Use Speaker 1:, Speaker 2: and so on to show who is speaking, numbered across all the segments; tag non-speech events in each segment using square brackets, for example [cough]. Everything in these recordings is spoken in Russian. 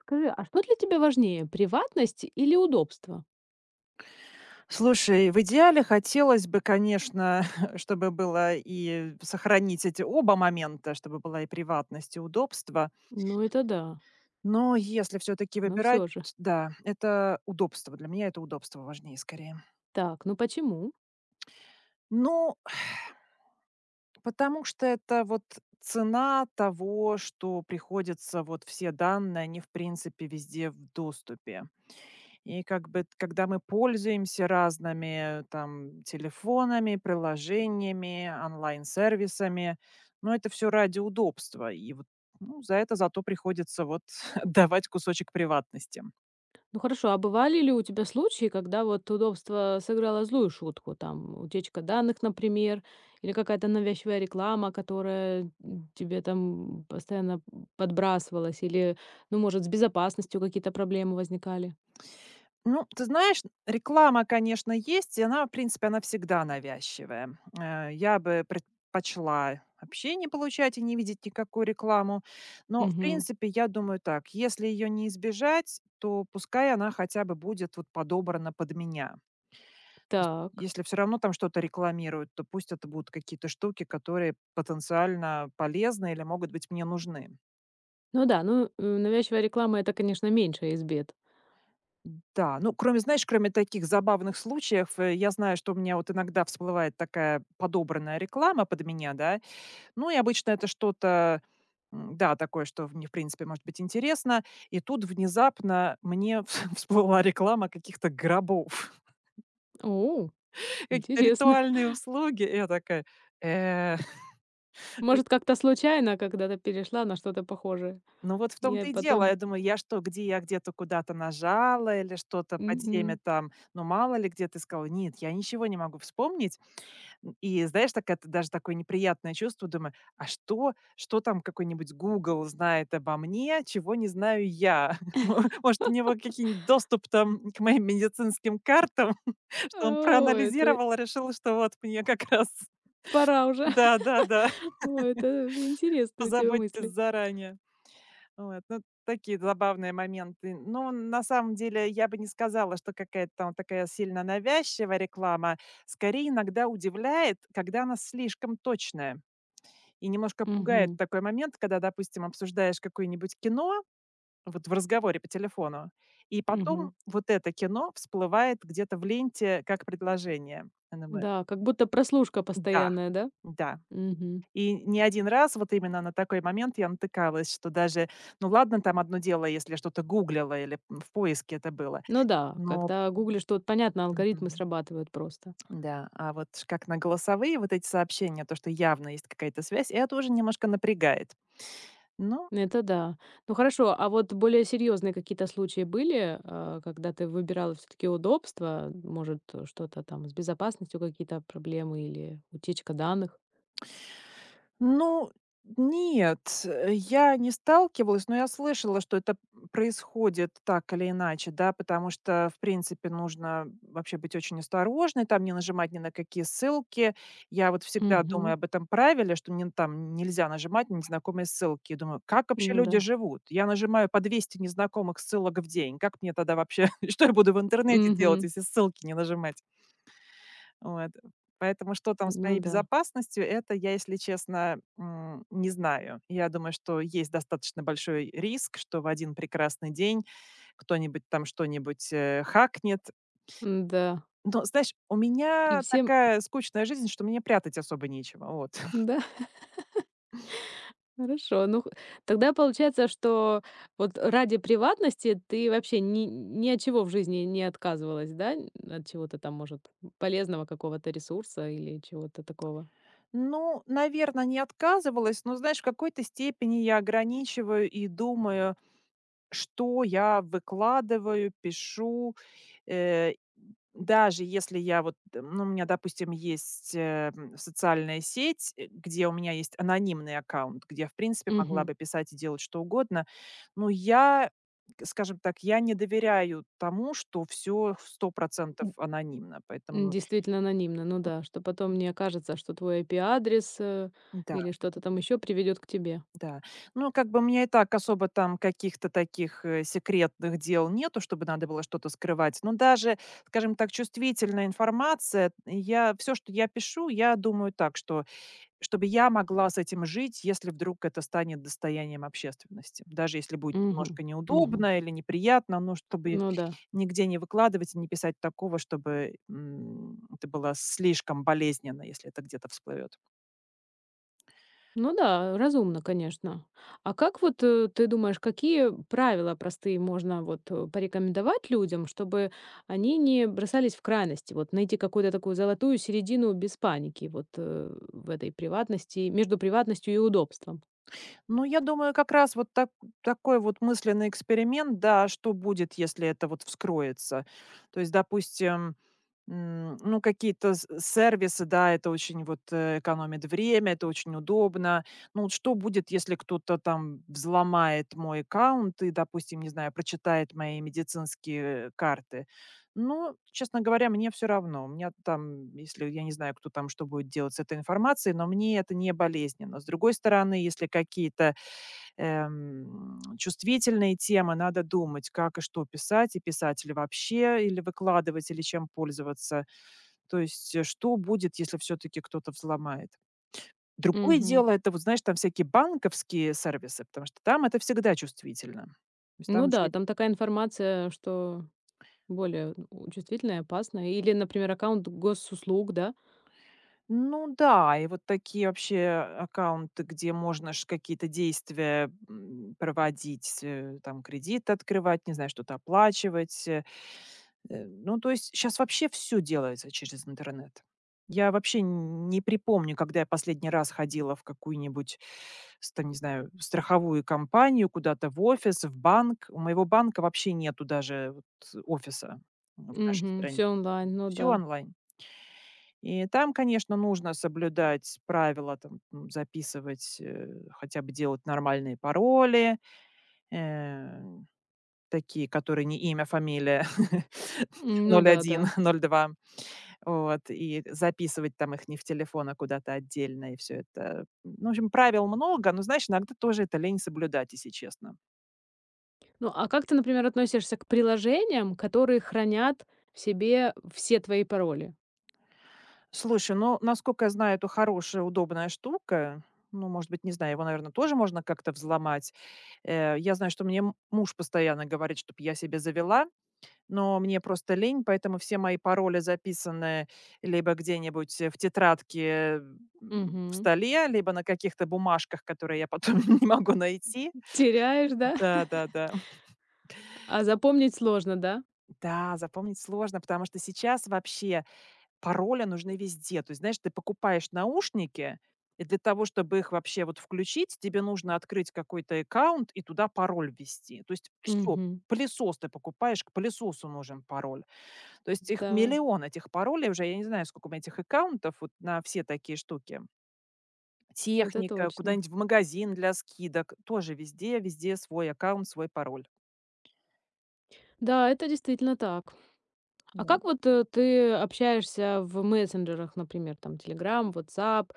Speaker 1: Скажи, а что для тебя важнее, приватность или удобство?
Speaker 2: Слушай, в идеале хотелось бы, конечно, [laughs] чтобы было и сохранить эти оба момента, чтобы была и приватность, и удобство.
Speaker 1: Ну, это да,
Speaker 2: Но если все-таки
Speaker 1: но
Speaker 2: выбирать,
Speaker 1: все же.
Speaker 2: да, это удобство. Для меня это удобство важнее скорее.
Speaker 1: Так, ну почему?
Speaker 2: Ну, потому что это вот цена того, что приходится вот все данные, они в принципе везде в доступе. И как бы, когда мы пользуемся разными там телефонами, приложениями, онлайн-сервисами, но это все ради удобства. И вот, ну, за это зато приходится вот [laughs] давать кусочек приватности.
Speaker 1: Ну хорошо, а бывали ли у тебя случаи, когда вот удобство сыграло злую шутку, там утечка данных, например, или какая-то навязчивая реклама, которая тебе там постоянно подбрасывалась, или, ну, может, с безопасностью какие-то проблемы возникали?
Speaker 2: Ну, ты знаешь, реклама, конечно, есть, и она, в принципе, она всегда навязчивая. Я бы предпочла вообще не получать и не видеть никакую рекламу. Но, в
Speaker 1: Угу.
Speaker 2: принципе, я думаю так, если ее не избежать, то пускай она хотя бы будет вот подобрана под меня. То есть,
Speaker 1: Так.
Speaker 2: если все равно там что-то рекламируют, то пусть это будут какие-то штуки, которые потенциально полезны или могут быть мне нужны.
Speaker 1: Ну да, ну, навязчивая реклама - это, конечно, меньшая из бед.
Speaker 2: Да, ну, кроме, знаешь, кроме таких забавных случаев, я знаю, что у меня вот иногда всплывает такая подобранная реклама под меня, да. Ну и обычно это что-то, да, такое, что мне, в принципе, может быть интересно. И тут внезапно мне [laughs] всплыла реклама каких-то гробов,
Speaker 1: О,
Speaker 2: [laughs] какие-то
Speaker 1: интересно.
Speaker 2: ритуальные услуги. И я такая: «Э»,
Speaker 1: [laughs]
Speaker 2: ви-
Speaker 1: Может, как-то случайно когда-то перешла на что-то похожее,
Speaker 2: ну вот в
Speaker 1: и
Speaker 2: том-то и дело. Я
Speaker 1: потом.
Speaker 2: думаю, я что, где я где-то куда-то нажала или что-то по теме
Speaker 1: Мгм.
Speaker 2: там, ну мало ли где ты сказала. Нет, я ничего не могу вспомнить. И знаешь, так это даже такое неприятное чувство. Думаю: «А что там какой-нибудь Google знает обо мне, чего не знаю я?» [laughs] Мо Может, у него какие-нибудь доступ там к моим медицинским картам, [laughs] что он
Speaker 1: О, это
Speaker 2: проанализировал решил, что вот мне как раз
Speaker 1: пора уже.
Speaker 2: да-да-да,
Speaker 1: [laughs]
Speaker 2: [laughs]
Speaker 1: О, это интересные у тебя
Speaker 2: позаботьтесь
Speaker 1: мысли.
Speaker 2: заранее. Вот, ну, такие забавные моменты. Ну, на самом деле я бы не сказала, что какая-то там такая сильно навязчивая реклама. Скорее, иногда удивляет, когда она слишком точная. И немножко пугает
Speaker 1: Угу,
Speaker 2: такой момент, когда, допустим, обсуждаешь какое-нибудь кино, вот в разговоре по телефону, и потом
Speaker 1: мгм.
Speaker 2: вот это кино всплывает где-то в ленте как предложение. Я думаю,
Speaker 1: Да, как будто прослушка
Speaker 2: да,
Speaker 1: постоянная, да?
Speaker 2: да.
Speaker 1: Мгм.
Speaker 2: И не один раз вот именно на такой момент я натыкалась, что даже, ну ладно, там одно дело, если я что-то гуглила или в поиске это было,
Speaker 1: Ну да,
Speaker 2: но.
Speaker 1: когда гуглишь, то вот понятно, алгоритмы
Speaker 2: Мгм.
Speaker 1: срабатывают просто.
Speaker 2: Да, а вот как на голосовые вот эти сообщения, то, что явно есть какая-то связь, это уже немножко напрягает. Но.
Speaker 1: Это да. Ну хорошо, а вот более серьезные какие-то случаи были, а, когда ты выбирала все-таки удобство, может, что-то там с безопасностью какие-то проблемы или утечка данных?
Speaker 2: Ну, нет, я не сталкивалась, но я слышала, что это происходит так или иначе, да, потому что, в принципе, нужно вообще быть очень осторожной, там не нажимать ни на какие ссылки. Я вот всегда думаю
Speaker 1: Мгм.
Speaker 2: об этом правиле, что мне там нельзя нажимать на незнакомые ссылки. И думаю, как вообще
Speaker 1: Ну да.
Speaker 2: люди живут? Я нажимаю по 200 незнакомых ссылок в день. Как мне тогда вообще, [laughs] что я буду в интернете делать,
Speaker 1: Мгм.
Speaker 2: если ссылки не нажимать? Вот. Поэтому что там с
Speaker 1: Ну
Speaker 2: моей
Speaker 1: да.
Speaker 2: безопасностью, это я, если честно, не знаю. Я думаю, что есть достаточно большой риск, что в один прекрасный день кто-нибудь там что-нибудь, хакнет.
Speaker 1: Да.
Speaker 2: Но, знаешь, у
Speaker 1: И
Speaker 2: меня
Speaker 1: всем,
Speaker 2: такая скучная жизнь, что мне прятать особо нечего, вот.
Speaker 1: да. Хорошо. Ну, х тогда получается, что вот ради приватности ты вообще ни от чего в жизни не отказывалась, да? Н от чего-то там, может, полезного какого-то ресурса или чего-то такого?
Speaker 2: Ну, наверное, не отказывалась, но, знаешь, в какой-то степени я ограничиваю и думаю, что я выкладываю, пишу. Э, Даже если я вот, ну, у меня, допустим, есть, социальная сеть, где у меня есть анонимный аккаунт, где я, в принципе, могла
Speaker 1: Мгм.
Speaker 2: бы писать и делать что угодно, но я, к скажем так, я не доверяю тому, что всё 100
Speaker 1: Н
Speaker 2: анонимно,
Speaker 1: н
Speaker 2: поэтому
Speaker 1: действительно анонимно, ну да, что потом не окажется, что твой IP-адрес,
Speaker 2: да,
Speaker 1: или что-то там еще приведет к тебе.
Speaker 2: да. Ну, как бы у меня и так особо там каких-то таких, секретных дел нету, чтобы надо было что-то скрывать, но даже, скажем так, чувствительная информация, я все, что я пишу, я думаю так, что чтобы я могла с этим жить, если вдруг это станет достоянием общественности. Даже если будет
Speaker 1: Мгм,
Speaker 2: немножко
Speaker 1: мгм.
Speaker 2: неудобно или неприятно, но чтобы
Speaker 1: Ну да.
Speaker 2: нигде не выкладывать и не писать такого, чтобы, это было слишком болезненно, если это где-то всплывет.
Speaker 1: Ну да, разумно, конечно. А как вот ты думаешь, какие правила простые можно вот порекомендовать людям, чтобы они не бросались в крайности? Вот найти какую-то такую золотую середину без паники вот в этой приватности, между приватностью и удобством.
Speaker 2: Ну, я думаю, как раз вот так такой вот мысленный эксперимент, да, что будет, если это вот вскроется. То есть, допустим, ну, какие-то сервисы, да, это очень вот экономит время, это очень удобно. Ну, вот что будет, если кто-то там взломает мой аккаунт и, допустим, не знаю, прочитает мои медицинские карты? Ну, честно говоря, мне все равно. У меня там, если я не знаю, кто там что будет делать с этой информацией, но мне это не болезненно. С другой стороны, если какие-то чувствительные темы, надо думать, как и что писать, и писать ли вообще, или выкладывать, или чем пользоваться. То есть, что будет, если все-таки кто-то взломает? Другое
Speaker 1: Мгм.
Speaker 2: дело, это вот, знаешь, там всякие банковские сервисы, потому что там это всегда чувствительно. То есть там
Speaker 1: Ну да,
Speaker 2: же,
Speaker 1: там такая информация, что более ну, чувствительная, опасная. Или, например, аккаунт госуслуг, да?
Speaker 2: ну да, и вот такие вообще аккаунты, где можно ж какие-то действия проводить, там кредит открывать, не знаю, что-то оплачивать, ну, то есть сейчас вообще все делается через интернет. Я вообще не припомню, когда я последний раз ходила в какую-нибудь с там, не знаю, страховую компанию, куда-то в офис, в банк. У моего банка вообще нету даже вот офиса в нашей
Speaker 1: Угу,
Speaker 2: стране.
Speaker 1: все онлайн, ну
Speaker 2: Все
Speaker 1: да.
Speaker 2: онлайн. И там, конечно, нужно соблюдать правила, там, записывать, хотя бы делать нормальные пароли, э, такие, которые не имя, фамилия, [laughs]
Speaker 1: М, ну
Speaker 2: ноль
Speaker 1: да,
Speaker 2: один,
Speaker 1: да.
Speaker 2: ноль два. Вот, и записывать там их не в телефон, а куда-то отдельно, и все это. Ну, в общем, правил много, но, знаешь, иногда тоже это лень соблюдать, если честно.
Speaker 1: Ну, а как ты, например, относишься к приложениям, которые хранят в себе все твои пароли?
Speaker 2: Слушай, ну, насколько я знаю, это хорошая, удобная штука. Ну, может быть, не знаю, его, наверное тоже можно как-то взломать. Я знаю, что мне муж постоянно говорит, чтобы я себе завела, но мне просто лень, поэтому все мои пароли записаны либо где-нибудь, в тетрадке, м, в
Speaker 1: Мгм.
Speaker 2: столе, либо на каких-то бумажках, которые я потом [laughs] не могу найти.
Speaker 1: Теряешь, да? [laughs]
Speaker 2: Да-да-да. Да, да.
Speaker 1: А запомнить сложно, да?
Speaker 2: Да, запомнить сложно, потому что сейчас вообще пароли нужны везде. То есть, знаешь, ты покупаешь наушники, и для того, чтобы их вообще вот включить, тебе нужно открыть какой-то аккаунт и туда пароль ввести. То есть все.
Speaker 1: Мгм.
Speaker 2: Пылесос ты покупаешь, к пылесосу нужен пароль. То есть их
Speaker 1: Да,
Speaker 2: миллион этих паролей уже, я не знаю, сколько у меня этих аккаунтов вот на все такие штуки.
Speaker 1: это
Speaker 2: Техника,
Speaker 1: точно.
Speaker 2: куда-нибудь в магазин для скидок, тоже везде, везде свой аккаунт, свой пароль.
Speaker 1: Да, это действительно так. А
Speaker 2: Да.
Speaker 1: как вот ты общаешься в мессенджерах, например, там Telegram, WhatsApp?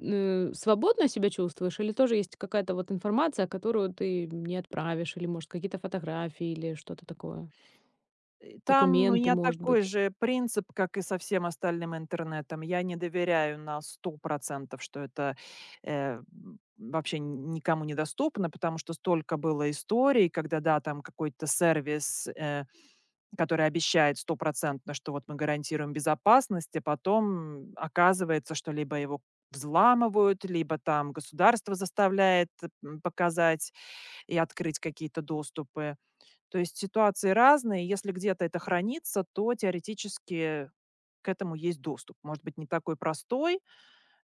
Speaker 1: Свободно себя чувствуешь или тоже есть какая-то вот информация, которую ты не отправишь, или, может, какие-то фотографии, или что-то такое?
Speaker 2: Там у
Speaker 1: Документы,
Speaker 2: меня
Speaker 1: может
Speaker 2: такой
Speaker 1: быть?
Speaker 2: же принцип, как и со всем остальным интернетом. Я не доверяю на 100%, что это вообще никому недоступно, потому что столько было историй, когда, да, там какой-то сервис, который обещает стопроцентно, что вот мы гарантируем безопасность, а потом оказывается, что либо его взламывают, либо там государство заставляет показать и открыть какие-то доступы. То есть ситуации разные. Если где-то это хранится, то теоретически к этому есть доступ. Может быть, не такой простой,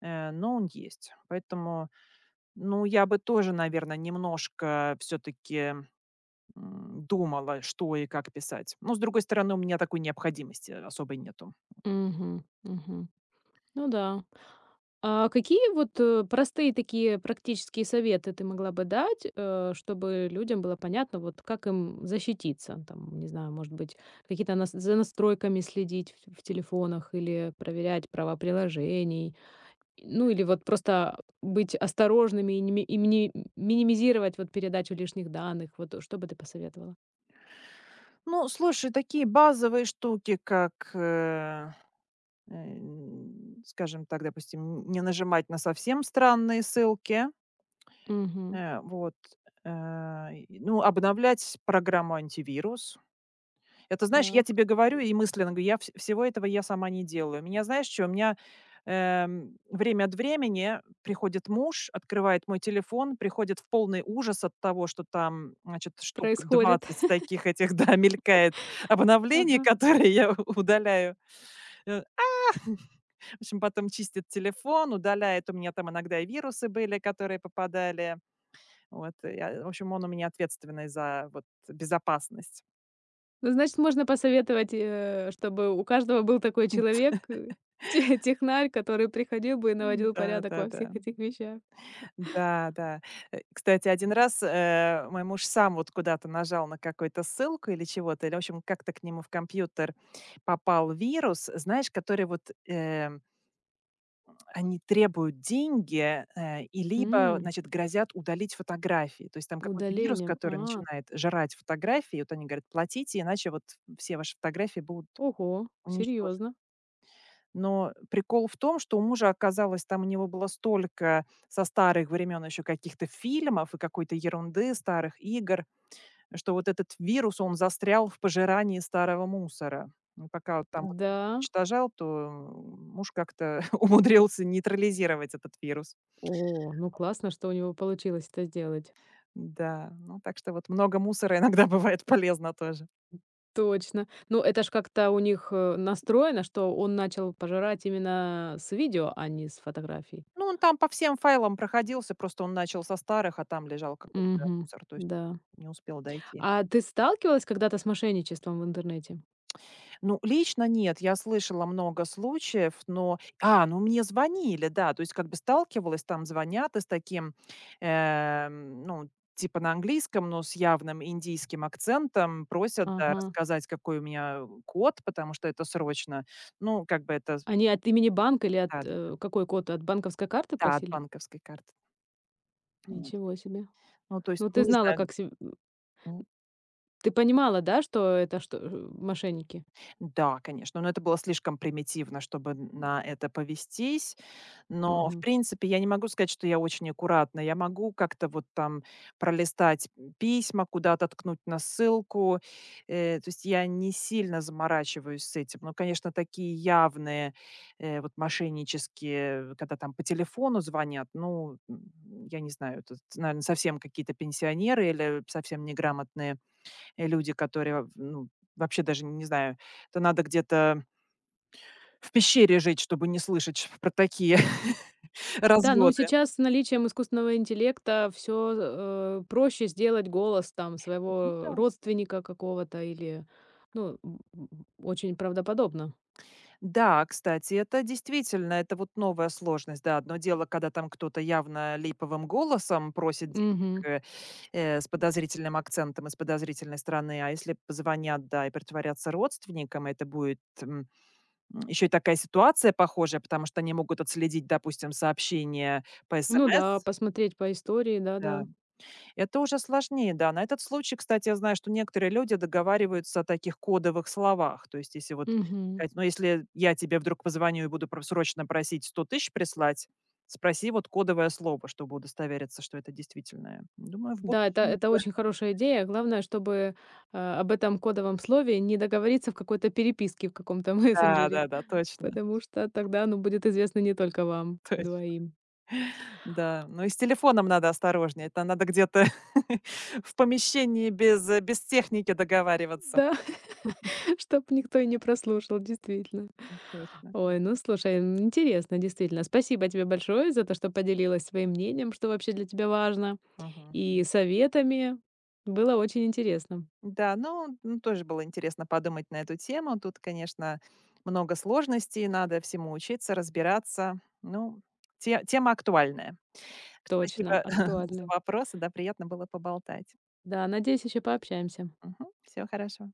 Speaker 2: но он есть. Поэтому, ну, я бы тоже, наверное, немножко все-таки думала, что и как писать. Но, с другой стороны, у меня такой необходимости особой нету.
Speaker 1: Угу, угу. Ну да. А какие вот, простые такие практические советы ты могла бы дать, чтобы людям было понятно, вот как им защититься? Там, не знаю, может быть, какие-то нас за настройками следить в телефонах или проверять права приложений. Ну, или вот просто быть осторожными и минимизировать вот передачу лишних данных. Вот, что бы ты посоветовала?
Speaker 2: Ну, слушай, такие базовые штуки, как, э, скажем так, допустим, не нажимать на совсем странные ссылки.
Speaker 1: Угу,
Speaker 2: Вот, и, ну, обновлять программу антивирус. Это, знаешь, я
Speaker 1: так.
Speaker 2: тебе говорю и мысленно говорю, я вс всего этого я сама не делаю. Меня, знаешь что у меня, время от времени приходит муж, открывает мой телефон, приходит в полный ужас от того, что там, значит, штук
Speaker 1: Происходит.
Speaker 2: 20 таких этих, [laughs] да, мелькает
Speaker 1: [laughs]
Speaker 2: обновлений,
Speaker 1: Ага.
Speaker 2: которые я [laughs] удаляю. Э, в общем, потом чистит телефон, удаляет. У меня там иногда и вирусы были, которые попадали. Вот, я в общем, он у меня ответственный за вот безопасность.
Speaker 1: Ну, значит, можно посоветовать, чтобы у каждого был такой человек, те технарь, который приходил бы и
Speaker 2: М.
Speaker 1: наводил порядок во всех
Speaker 2: Да-да-да.
Speaker 1: этих вещах.
Speaker 2: Да-да. Кстати, один раз, мой муж сам вот куда-то нажал на какую-то ссылку или чего-то, или, в общем, как-то к нему в компьютер попал вирус, знаешь, который вот, они требуют деньги, и либо,
Speaker 1: М,
Speaker 2: значит, грозят удалить фотографии. То есть там какой-то вирус,
Speaker 1: удалением.
Speaker 2: который
Speaker 1: А,
Speaker 2: начинает жрать фотографии. И вот они говорят: «Платите, иначе вот все ваши фотографии будут
Speaker 1: ого,
Speaker 2: уничтожены».
Speaker 1: серьезно.
Speaker 2: Но прикол в том, что у мужа оказалось, там у него было столько со старых времен еще каких-то фильмов и какой-то ерунды, старых игр, что вот этот вирус, он застрял в пожирании старого мусора. И пока вот там вот это
Speaker 1: Да.
Speaker 2: уничтожал, то муж как-то [laughs] умудрился нейтрализировать этот вирус.
Speaker 1: О, ну классно, что у него получилось это сделать.
Speaker 2: Да, ну так что вот много мусора иногда [laughs] бывает полезно тоже.
Speaker 1: Точно. Ну, это ж как-то у них, настроено, что он начал пожирать именно с видео, а не с фотографий.
Speaker 2: Ну, он там по всем файлам проходился, просто он начал со старых, а там лежал какой-то
Speaker 1: Угу,
Speaker 2: мусор, то есть
Speaker 1: да.
Speaker 2: не успел дойти.
Speaker 1: А ты сталкивалась когда-то с мошенничеством в интернете?
Speaker 2: Ну, лично нет. Я слышала много случаев, но. А, ну мне звонили, да. То есть как бы сталкивалась, там звонят и с таким, ну, типа на английском, но с явным индийским акцентом, просят, да,
Speaker 1: Ага.
Speaker 2: рассказать, какой у меня код, потому что это срочно. Ну, как бы это с.
Speaker 1: Они от имени банка или от,
Speaker 2: Да-да-да,
Speaker 1: какой код? От банковской карты
Speaker 2: от
Speaker 1: просили?
Speaker 2: банковской карты. Вот.
Speaker 1: Ничего себе.
Speaker 2: Ну, то есть,
Speaker 1: Ну,
Speaker 2: ну,
Speaker 1: ты
Speaker 2: не
Speaker 1: знала,
Speaker 2: знаю.
Speaker 1: как се м, ты понимала, да, что это что, мошенники?
Speaker 2: Да, конечно, но это было слишком примитивно, чтобы на это повестись. Но, в
Speaker 1: Мгм.
Speaker 2: принципе, я не могу сказать, что я очень аккуратна. Я могу как-то вот там пролистать письма, куда-то ткнуть на ссылку. То есть я не сильно заморачиваюсь с этим. Но, конечно, такие явные вот мошеннические, когда там по телефону звонят, ну, я не знаю, это, наверное, совсем какие-то пенсионеры или совсем неграмотные люди, которые, ну, вообще даже не знаю, это надо где-то в пещере жить, чтобы не слышать про такие [laughs]
Speaker 1: Да, ну,
Speaker 2: разводы.
Speaker 1: сейчас с наличием искусственного интеллекта все проще сделать голос там
Speaker 2: Ну да.
Speaker 1: своего родственника какого-то или, ну, очень правдоподобно.
Speaker 2: Да, кстати, это действительно, это вот новая сложность. Да, одно дело, когда там кто-то явно липовым голосом просит денег,
Speaker 1: Мгм.
Speaker 2: с подозрительным акцентом и с подозрительной стороны, а если позвонят, да, и притворятся родственником, это будет еще и такая ситуация похожая, потому что они могут отследить, допустим, сообщение по
Speaker 1: Ну да,
Speaker 2: СМС.
Speaker 1: посмотреть по истории,
Speaker 2: Да.
Speaker 1: да-да.
Speaker 2: Это уже сложнее, да. На этот случай, кстати, я знаю, что некоторые люди договариваются о таких кодовых словах. То есть, если вот,
Speaker 1: Мгм.
Speaker 2: сказать, ну, если я тебе вдруг позвоню и буду срочно просить 100 тысяч прислать, спроси вот кодовое слово, чтобы удостовериться, что это действительное. Думаю, в
Speaker 1: Да, это
Speaker 2: будущем
Speaker 1: это
Speaker 2: это...
Speaker 1: очень
Speaker 2: [laughs]
Speaker 1: хорошая идея. Главное, чтобы, об этом кодовом слове не договориться в какой-то переписке в каком-то [laughs]
Speaker 2: Да,
Speaker 1: мессенджере,
Speaker 2: да, да, точно.
Speaker 1: потому что тогда оно будет известно не только вам
Speaker 2: [laughs] Точно.
Speaker 1: двоим.
Speaker 2: Да, ну и с телефоном надо осторожнее. Это надо где-то [laughs] в помещении без, без техники договариваться.
Speaker 1: Да, [laughs] чтобы никто и не прослушал, действительно.
Speaker 2: М, точно.
Speaker 1: Ой, ну слушай, интересно, действительно. Спасибо тебе большое за то, что поделилась своим мнением, что вообще для тебя важно,
Speaker 2: Мгм.
Speaker 1: и советами. Было очень интересно.
Speaker 2: Да, ну, тоже было интересно подумать на эту тему. Тут, конечно, много сложностей, надо всему учиться, разбираться. Ну, тема актуальная.
Speaker 1: Точно,
Speaker 2: Спасибо [laughs] за
Speaker 1: актуально.
Speaker 2: вопросы, да, приятно было поболтать.
Speaker 1: Да, надеюсь, еще пообщаемся.
Speaker 2: Все хорошо.